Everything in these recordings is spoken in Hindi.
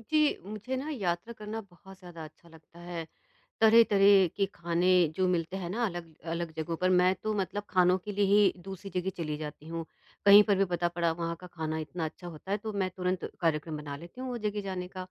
जी, मुझे ना यात्रा करना बहुत ज़्यादा अच्छा लगता है। तरह-तरह के खाने जो मिलते हैं ना अलग-अलग जगहों पर, मैं तो मतलब खानों के लिए ही दूसरी जगह चली जाती हूँ। कहीं पर भी पता पड़ा वहाँ का खाना इतना अच्छा होता है, तो मैं तुरंत कार्यक्रम बना लेती हूँ वो जगह जाने का।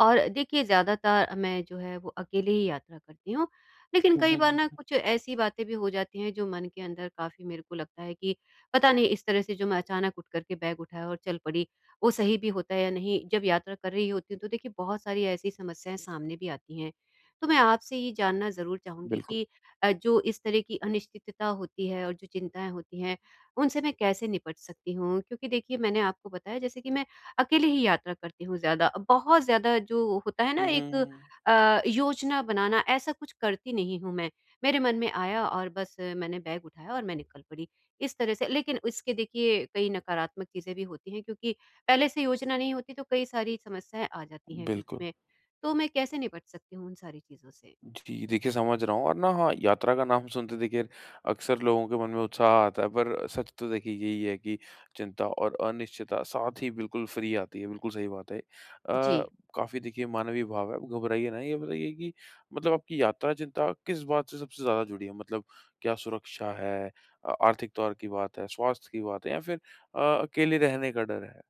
और देखिए, ज़्यादातर मैं जो है वो अकेले ही यात्रा करती हूँ। लेकिन हुँ, कई हुँ, बार ना हुँ। कुछ ऐसी बातें भी हो जाती हैं जो मन के अंदर, काफ़ी मेरे को लगता है कि पता नहीं इस तरह से जो मैं अचानक उठ कर के बैग उठाया और चल पड़ी, वो सही भी होता है या नहीं? जब यात्रा कर रही होती हूँ, तो देखिए बहुत सारी ऐसी समस्याएँ सामने भी आती हैं। तो मैं आपसे ये जानना ज़रूर चाहूँगी बिल्कुल। कि जो इस तरह की अनिश्चितता होती है और जो चिंताएँ होती हैं, उनसे मैं कैसे निपट सकती हूँ? क्योंकि देखिए, मैंने आपको बताया जैसे कि मैं अकेले ही यात्रा करती हूँ ज़्यादा, बहुत ज़्यादा। जो होता है ना, हुँ, एक हुँ। योजना बनाना ऐसा कुछ करती नहीं हूँ मैं। मेरे मन में आया और बस मैंने बैग उठाया और मैं निकल पड़ी। इस तरह से। लेकिन इसके, देखिए, कई नकारात्मक चीज़ें भी होती हैं, क्योंकि पहले से योजना नहीं होती, तो कई सारी समस्याएँ आ जाती हैं बीच बिल्कुल। में। तो मैं कैसे निपट सकती हूँ उन सारी चीज़ों से? जी, देखिए समझ रहा हूँ। और ना हाँ, यात्रा का नाम सुनते देखिए अक्सर लोगों के मन में उत्साह आता है, पर सच तो देखिए यही है कि चिंता और अनिश्चितता साथ ही बिल्कुल फ्री आती है, बिल्कुल सही बात है। जी। काफ़ी देखिए मानवीय भाव है, आप घबराइए ना। ये बताइए कि मतलब आपकी यात्रा चिंता किस बात से सबसे ज़्यादा जुड़ी है? मतलब क्या सुरक्षा है, आर्थिक तौर की बात है, स्वास्थ्य की बात है या फिर अकेले रहने का डर है?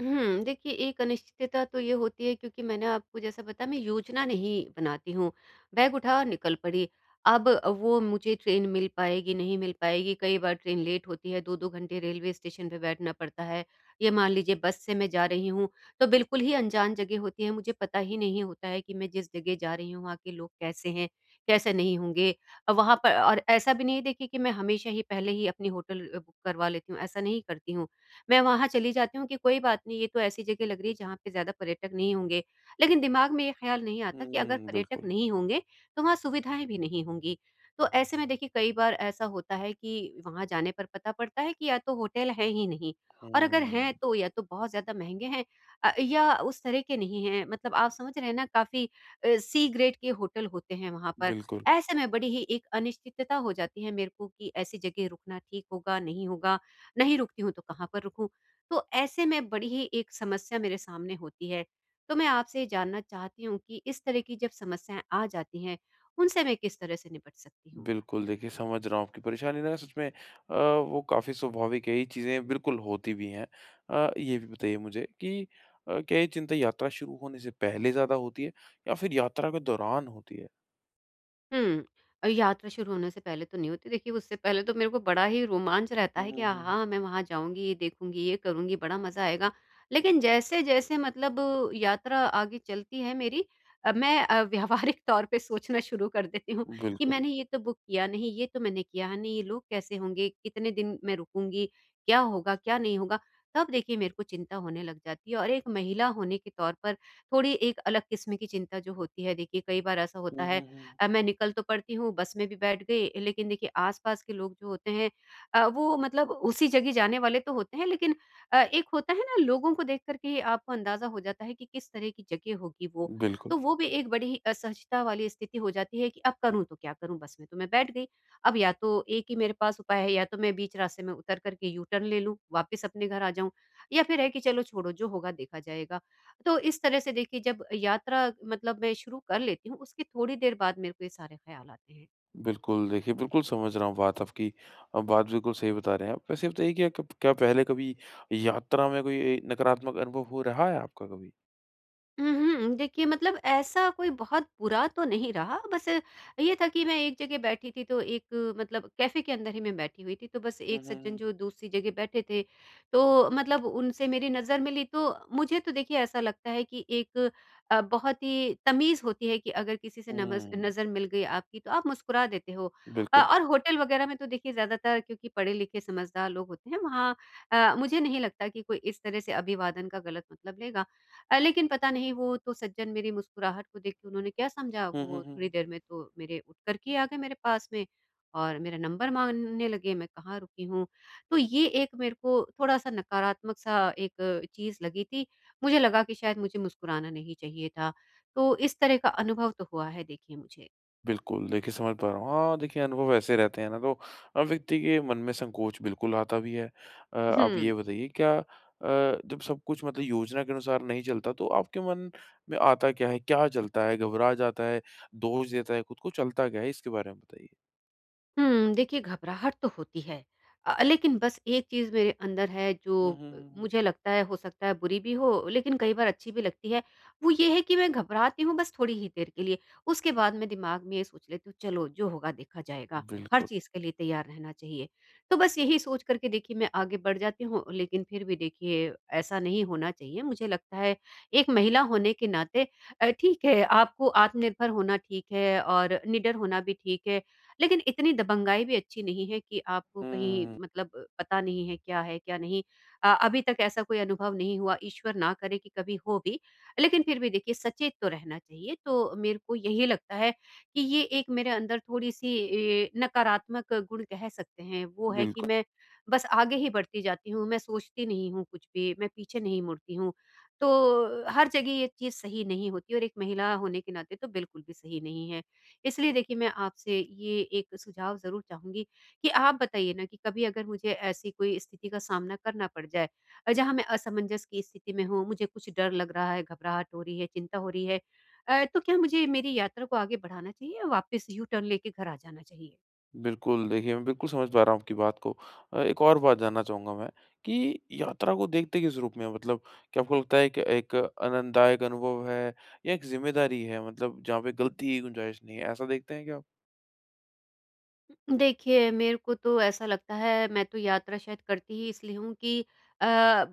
हुँ, देखिए एक अनिश्चितता तो ये होती है, क्योंकि मैंने आपको जैसा बताया, मैं योजना नहीं बनाती हूँ, बैग उठा और निकल पड़ी। अब वो मुझे ट्रेन मिल पाएगी, नहीं मिल पाएगी, कई बार ट्रेन लेट होती है, 2-2 घंटे रेलवे स्टेशन पे बैठना पड़ता है। ये मान लीजिए बस से मैं जा रही हूँ, तो बिल्कुल ही अनजान जगह होती है, मुझे पता ही नहीं होता है कि मैं जिस जगह जा रही हूँ वहाँ के लोग कैसे हैं, कैसे नहीं होंगे। वहाँ पर। और ऐसा भी नहीं है देखिए कि मैं हमेशा ही पहले ही अपनी होटल बुक करवा लेती हूँ, ऐसा नहीं करती हूँ। मैं वहाँ चली जाती हूँ कि कोई बात नहीं, ये तो ऐसी जगह लग रही है जहाँ पे ज़्यादा पर्यटक नहीं होंगे। लेकिन दिमाग में ये ख़्याल नहीं आता कि अगर हुँ, पर्यटक बिल्कुल। नहीं होंगे, तो वहाँ सुविधाएँ भी नहीं होंगी। तो ऐसे में देखिए, कई बार ऐसा होता है कि वहाँ जाने पर पता पड़ता है कि या तो होटल हैं ही नहीं, और अगर हैं हुँ, तो या तो बहुत ज़्यादा महँगे हैं, या उस तरह के नहीं हैं। मतलब आप समझ रहे हैं ना, काफ़ी सी ग्रेड के होटल होते हैं वहाँ पर। बिल्कुल। ऐसे में बड़ी ही एक अनिश्चितता हो जाती है मेरे को कि ऐसी जगह रुकना ठीक होगा? नहीं रुकती हूँ तो कहाँ पर रुकूँ? तो ऐसे में बड़ी ही एक समस्या मेरे सामने होती है। तो मैं आपसे ये जानना चाहती हूँ कि इस तरह की जब समस्याएँ आ जाती हैं, उनसे मैं किस तरह से निपट सकती हूँ? बिल्कुल, देखिए समझ रहा हूँ आपकी परेशानी ना। सच में वो काफ़ी स्वाभाविक है, ये चीज़ें बिल्कुल होती भी हैं। ये भी बताइए मुझे कि क्या ये चिंता यात्रा शुरू होने से पहले ज़्यादा होती है या फिर यात्रा के दौरान होती है? हुँ। यात्रा शुरू होने से पहले तो नहीं होती। देखिए, उससे पहले तो मेरे को बड़ा ही रोमांच रहता हुँ, है कि हुँ, हुँ। आहा! मैं वहाँ जाऊँगी, ये देखूँगी, ये करूँगी, बड़ा मज़ा आएगा। लेकिन जैसे-जैसे मतलब यात्रा आगे चलती है मेरी, मैं व्यावहारिक तौर पे सोचना शुरू कर देती हूँ कि बिल्कुल। मैंने ये तो बुक किया नहीं, ये तो मैंने किया नहीं, ये लोग कैसे होंगे, कितने दिन मैं रुकूँगी, क्या होगा, क्या नहीं होगा। तब देखिए मेरे को चिंता होने लग जाती है। और एक महिला होने के तौर पर, थोड़ी एक अलग किस्म की चिंता जो होती है, देखिए कई बार ऐसा होता हुँ, है, हुँ, हुँ। मैं निकल तो पड़ती हूँ, बस में भी बैठ गई, लेकिन देखिए आस-पास के लोग जो होते हैं, वो मतलब उसी जगह जाने वाले तो होते हैं, लेकिन एक होता है ना, लोगों को देख कर के आपको अंदाज़ा हो जाता है कि किस तरह की जगह होगी वो। बिल्कुल, तो वो भी एक बड़ी ही असहजता वाली स्थिति हो जाती है कि अब करूँ तो क्या करूँ? बस में तो मैं बैठ गई। अब या तो एक ही मेरे पास उपाय है, या तो मैं बीच रास्ते में उतर कर के यू टर्न ले लूँ, वापस अपने घर आ जाऊँ, या फिर है कि चलो छोड़ो, जो होगा देखा जाएगा। तो इस तरह से देखिए, जब यात्रा मतलब मैं शुरू कर लेती हूँ, उसके थोड़ी देर बाद मेरे को ये सारे ख्याल आते हैं। बिल्कुल देखिए, बिल्कुल समझ रहा हूँ बात आपकी। बात बिल्कुल सही बता रहे हैं आप। वैसे ये बताइए कि कब, क्या पहले कभी यात्रा में कोई नकारात्मक अनुभव हो रहा है आपका कभी? उहुँ, देखिए मतलब ऐसा कोई बहुत बुरा तो नहीं रहा, बस ये था कि मैं एक जगह बैठी थी, तो एक मतलब कैफ़े के अंदर ही मैं बैठी हुई थी, तो बस हुँ, एक हुँ, सज्जन हुँ। जो दूसरी जगह बैठे थे, तो मतलब उनसे मेरी नज़र मिली। तो मुझे तो देखिए ऐसा लगता है कि एक बहुत ही तमीज़ होती है कि अगर किसी से नमज़ हुँ, नज़र मिल गई आपकी, तो आप मुस्कुरा देते हो। बिल्कुल। और होटल वग़ैरह में तो देखिए ज़्यादातर, क्योंकि पढ़े-लिखे समझदार लोग होते हैं वहाँ, मुझे नहीं लगता कि कोई इस तरह से अभिवादन का गलत मतलब लेगा। लेकिन पता नहीं वो तो सज्जन मेरी मुस्कुराहट को देख के उन्होंने क्या समझा, हुँ, हुँ, वो हुँ, थोड़ी हुँ। देर में तो मेरे उठ कर के आ गए मेरे पास में, और मेरा नंबर माँगने लगे, मैं कहाँ रुकी हूँ। तो ये एक मेरे को थोड़ा-सा नकारात्मक सा एक चीज़ लगी थी, मुझे लगा कि शायद मुझे मुस्कुराना नहीं चाहिए था। तो इस तरह का अनुभव तो हुआ है देखिए मुझे। बिल्कुल, देखिए समझ पा रहा हूँ। हाँ, देखिए अनुभव ऐसे रहते हैं ना तो व्यक्ति के मन में संकोच बिल्कुल आता भी है। आप ये हुँ। बताइए क्या जब सब कुछ मतलब योजना के अनुसार नहीं चलता तो आपके मन में आता क्या है? क्या चलता है? घबरा जाता है, दोष देता है खुद को, चलता क्या है? इसके बारे में बताइए। हुँ, देखिए घबराहट तो होती है। लेकिन बस एक चीज़ मेरे अंदर है जो, हुँ, हुँ, हुँ, हुँ। मुझे लगता है हो सकता है बुरी भी हो, लेकिन कई बार अच्छी भी लगती है। वो ये है कि मैं घबराती हूँ बस थोड़ी ही देर के लिए, उसके बाद मैं दिमाग में ये सोच लेती हूँ चलो जो होगा देखा जाएगा, हर बिल्कुल। चीज़ के लिए तैयार रहना चाहिए। तो बस यही सोच कर के देखिए मैं आगे बढ़ जाती हूँ। लेकिन फिर भी देखिए, ऐसा नहीं होना चाहिए। मुझे लगता है, एक महिला होने के नाते, ठीक है आपको आत्मनिर्भर होना ठीक है, और निडर होना भी ठीक है, लेकिन इतनी दबंगाई भी अच्छी नहीं है कि आपको कहीं हुँ, मतलब पता नहीं है क्या है क्या नहीं। अभी तक ऐसा कोई अनुभव नहीं हुआ, ईश्वर ना करे कि कभी हो भी, लेकिन फिर भी देखिए सचेत तो रहना चाहिए। तो मेरे को यही लगता है कि ये एक मेरे अंदर थोड़ी सी नकारात्मक गुण कह सकते हैं, वो है कि बिल्कुल। मैं बस आगे ही बढ़ती जाती हूँ, मैं सोचती नहीं हूँ कुछ भी, मैं पीछे नहीं मुड़ती हूँ। तो हर जगह ये चीज़ सही नहीं होती, और एक महिला होने के नाते तो बिल्कुल भी सही नहीं है। इसलिए देखिए, मैं आपसे ये एक सुझाव ज़रूर चाहूँगी कि आप बताइए ना, कि कभी अगर मुझे ऐसी कोई स्थिति का सामना करना पड़ जाए, जहाँ मैं असमंजस की स्थिति में हूँ, मुझे कुछ डर लग रहा है, घबराहट हो रही है, चिंता हो रही है, तो क्या मुझे मेरी यात्रा को आगे बढ़ाना चाहिए या वापस यू टर्न लेके घर आ जाना चाहिए? बिल्कुल, देखिए मैं बिल्कुल समझ पा रहा हूँ आपकी बात को। एक और बात जानना चाहूँगा मैं कि यात्रा को देखते किस रूप में? मतलब क्या आपको लगता है कि एक आनंददायक अनुभव है या एक ज़िम्मेदारी है, मतलब जहाँ पे गलती की गुंजाइश नहीं है, ऐसा देखते हैं क्या आप? देखिए, मेरे को तो ऐसा लगता है, मैं तो यात्रा शायद करती ही इसलिए हूँ कि अ,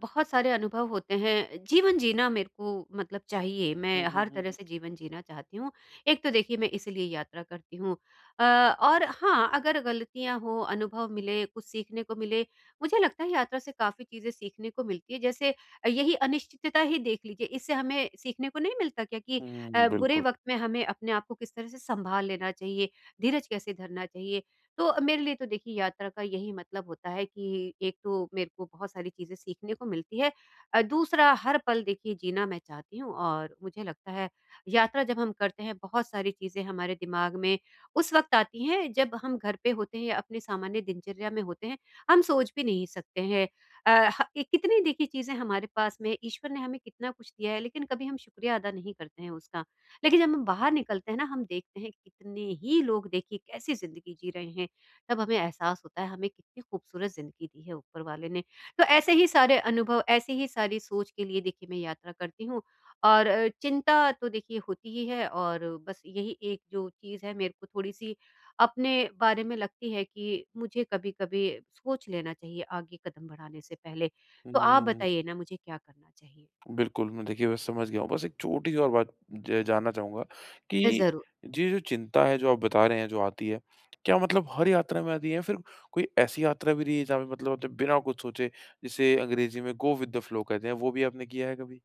बहुत सारे अनुभव होते हैं। जीवन जीना मेरे को मतलब चाहिए, मैं हुँ, हुँ, हर हुँ, तरह हुँ। से जीवन जीना चाहती हूँ। एक तो देखिए मैं इसीलिए यात्रा करती हूँ। और हाँ, अगर गलतियाँ हों, अनुभव मिले, कुछ सीखने को मिले, मुझे लगता है यात्रा से काफ़ी चीज़ें सीखने को मिलती है। जैसे, यही अनिश्चितता ही देख लीजिए, इससे हमें सीखने को नहीं मिलता क्या कि हुँ, बुरे बिल्कुल। वक़्त में हमें अपने आप को किस तरह से सँभाल लेना चाहिए, धीरज कैसे धरना चाहिए। तो मेरे लिए तो देखिए यात्रा का यही मतलब होता है कि एक तो मेरे को बहुत सारी चीज़ें सीखने को मिलती है, दूसरा, हर पल देखिए जीना मैं चाहती हूँ। और मुझे लगता है यात्रा जब हम करते हैं, बहुत सारी चीज़ें हमारे दिमाग में उस वक्त आती हैं, जब हम घर पे होते हैं या अपने सामान्य दिनचर्या में होते हैं, हम सोच भी नहीं सकते हैं। ये कितनी देखी चीज़ें हमारे पास में, ईश्वर ने हमें कितना कुछ दिया है, लेकिन कभी हम शुक्रिया अदा नहीं करते हैं उसका। लेकिन जब हम बाहर निकलते हैं ना, हम देखते हैं कितने ही लोग देखिए कैसी जिंदगी जी रहे हैं। तब हमें एहसास होता है हमें कितनी खूबसूरत ज़िंदगी दी है ऊपर वाले ने। तो ऐसे ही सारे अनुभव, ऐसे ही सारी सोच के लिए देखिए मैं यात्रा करती हूँ। और चिंता तो देखिए होती ही है, और बस यही एक जो चीज़ है मेरे को थोड़ी-सी अपने बारे में लगती है कि मुझे कभी-कभी सोच लेना चाहिए आगे कदम बढ़ाने से पहले। तो आप हुँ। बताइए ना, मुझे क्या करना चाहिए? बिल्कुल, मैं देखिए बस समझ गया हूँ। बस एक छोटी-सी और बात ज जानना चाहूँगा कि ज़रूर। ये जो चिंता है, जो आप बता रहे हैं, जो आती है, क्या मतलब हर यात्रा में आती है या फिर कोई ऐसी यात्रा भी रही है जहाँ पे मतलब आपने बिना कुछ सोचे, जिसे अंग्रेजी में गो विद द फ्लो कहते हैं, वो भी आपने किया है कभी?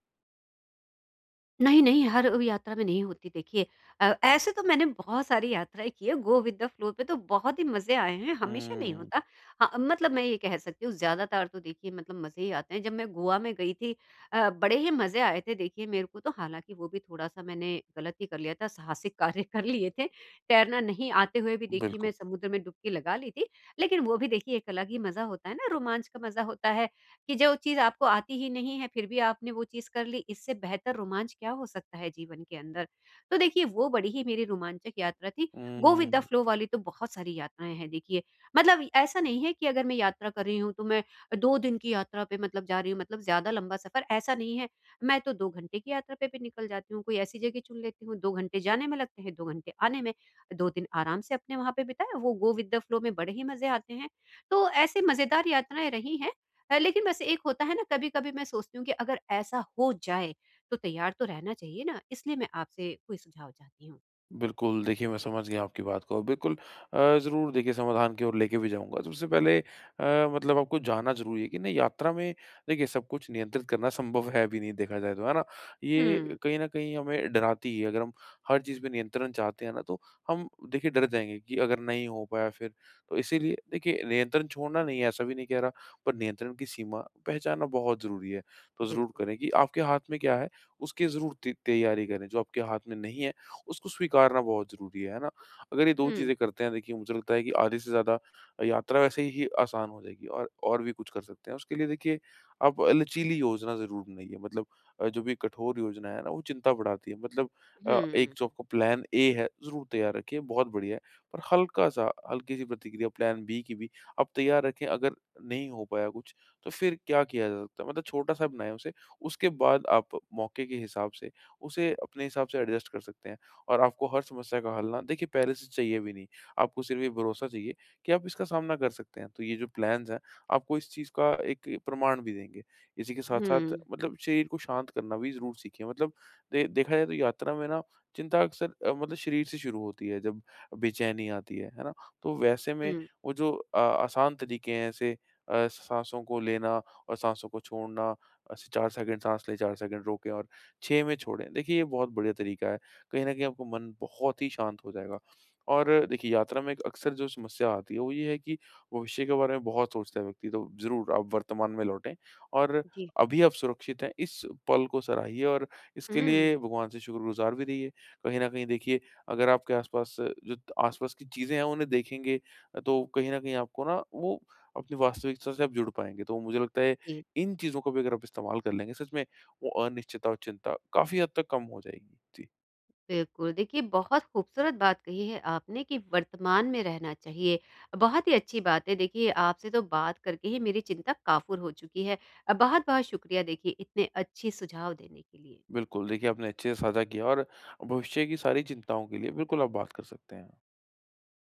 नहीं, नहीं, हर यात्रा में नहीं होती देखिए। ऐसे तो मैंने बहुत सारी यात्राएँ की हैं, गो विद द फ्लो पे तो बहुत ही मज़े आए हैं, हमेशा नहीं हुँ, होता। हाँ, मतलब मैं ये कह सकती हूँ, ज़्यादातर तो देखिए मतलब मज़े ही आते हैं। जब मैं गोवा में गई थी, बड़े ही मज़े आए थे देखिए मेरे को तो, हालाँकि वो भी थोड़ा-सा मैंने गलत ही कर लिया था, साहसिक कार्य कर लिए थे। तैरना नहीं आते हुए भी देखिए बिल्कुल। मैं समुद्र में डुबकी लगा ली थी। लेकिन वो भी देखिए एक अलग ही मज़ा होता है ना, रोमांच का मज़ा होता है। कि जो चीज़ आपको आती ही नहीं है, फिर भी आपने वो चीज़ कर ली, इससे बेहतर रोमांच क्या हो सकता है जीवन के अंदर? तो देखिए, वो बड़ी ही मेरी रोमांचक यात्रा थी। Go with the hmm. Flow वाली तो बहुत सारी यात्राएँ हैं देखिए। मतलब ऐसा नहीं है कि अगर मैं यात्रा कर रही हूँ, तो मैं 2 दिन की यात्रा पे मतलब जा रही हूँ, मतलब ज़्यादा लंबा सफ़र, ऐसा नहीं है। मैं तो 2 घंटे की यात्रा पे भी निकल जाती हूँ, कोई ऐसी जगह चुन लेती हूँ, 2 घंटे जाने में लगते हैं, 2 घंटे आने में। 2 दिन आराम से अपने वहाँ पे बिताए, वो गो विद द फ्लो में बड़े ही मज़े आते हैं। तो ऐसे मज़ेदार यात्राएँ रही हैं। लेकिन बस एक होता है ना, कभी-कभी मैं सोचती हूँ कि अगर ऐसा हो जाए, तो तैयार तो रहना चाहिए ना, इसलिए मैं आपसे कोई सुझाव चाहती हूँ। बिल्कुल, देखिए मैं समझ गया आपकी बात को। बिल्कुल, ज़रूर देखिए समाधान की ओर लेके भी जाऊँगा। सबसे पहले मतलब आपको जानना ज़रूरी है कि ना यात्रा में देखिए सब कुछ नियंत्रित करना संभव है भी नहीं, देखा जाए तो, है ना? ये हुँ, कहीं न कहीं हमें डराती है। अगर हम हर चीज़ पे नियंत्रण चाहते हैं ना तो हम देखिए डर जाएँगे कि अगर नहीं हो पाया फिर? तो इसीलिए देखिए नियंत्रण छोड़ना नहीं है, ऐसा भी नहीं कह रहा, पर नियंत्रण की सीमा पहचानना बहुत ज़रूरी है। तो ज़रूर बिल्कुल। करें कि आपके हाथ में क्या है, उसकी ज़रूर ति तैयारी करें। जो आपके हाथ में नहीं है उसको स्वीकारना बहुत ज़रूरी है ना? अगर ये 2 हुँ, चीज़ें करते हैं देखिए, मुझे लगता है कि आधे से ज़्यादा यात्रा वैसे ही आसान हो जाएगी। और भी कुछ कर सकते हैं। उसके लिए देखिए आप लचीली योजना ज़रूर बनाइए, मतलब जो भी कठोर योजना है ना वो चिंता बढ़ाती है। मतलब एक हुँ, जो आपका प्लान ए है, ज़रूर तैयार रखिए, बहुत बढ़िया है। पर हल्का-सा हल्की-सी प्रतिक्रिया प्लान बी की भी आप तैयार रखें, अगर नहीं हो पाया कुछ तो फिर क्या किया जा सकता है? मतलब छोटा-सा बनाएँ उसे, उसके बाद आप मौके के हिसाब से उसे अपने हिसाब से एडजस्ट कर सकते हैं। और आपको हर समस्या का हल ना देखिए पहले से चाहिए भी नहीं। आपको सिर्फ़ ये भरोसा चाहिए कि आप इसका सामना कर सकते हैं। तो ये जो प्लान्स हैं, आपको इस चीज़ का एक प्रमाण भी देंगे। इसी के साथ-साथ हुँ, मतलब शरीर को शांत करना भी ज़रूर सीखें। मतलब दे देखा जाए तो यात्रा में ना चिंता अक्सर मतलब शरीर से शुरू होती है, जब बेचैनी आती है ना? तो वैसे में हुँ, वो जो आसान तरीके हैं, ऐसे साँसों को लेना और साँसों को छोड़ना, ऐसे 4 सेकंड साँस लें, 4 सेकंड रोकें और 6 में छोड़ें। देखिए ये बहुत बढ़िया तरीका है। कहीं न कहीं आपका मन बहुत ही शांत हो जाएगा। और देखिए यात्रा में एक अक्सर जो समस्या आती है वो ये है कि भविष्य के बारे में बहुत सोचता है व्यक्ति, तो ज़रूर आप वर्तमान में लौटें। और जी। अभी आप सुरक्षित हैं, इस पल को सराहिए और इसके लिए हुँ, भगवान से शुक्रगुज़ार भी रहिए। कहीं न कहीं देखिए अगर आपके आस-पास जो आस-पास की चीज़ें हैं उन्हें देखेंगे, तो कहीं न कहीं आपको ना वो अपनी वास्तविकता से आप जुड़ पाएँगे। तो मुझे लगता है जी, इन चीज़ों का भी अगर आप इस्तेमाल कर लेंगे सच में, वो अनिश्चितता और चिंता काफ़ी हद तक कम हो जाएगी। जी। बिल्कुल। देखिए, बहुत खूबसूरत बात कही है आपने कि वर्तमान में रहना चाहिए। बहुत ही अच्छी बात है। देखिए, आपसे तो बात करके ही मेरी चिंता काफ़ूर हो चुकी है। बहुत-बहुत शुक्रिया देखिए इतने अच्छे सुझाव देने के लिए। बिल्कुल, देखिए आपने अच्छे से साझा किया और भविष्य की सारी चिंताओं के लिए बिल्कुल आप बात कर सकते हैं।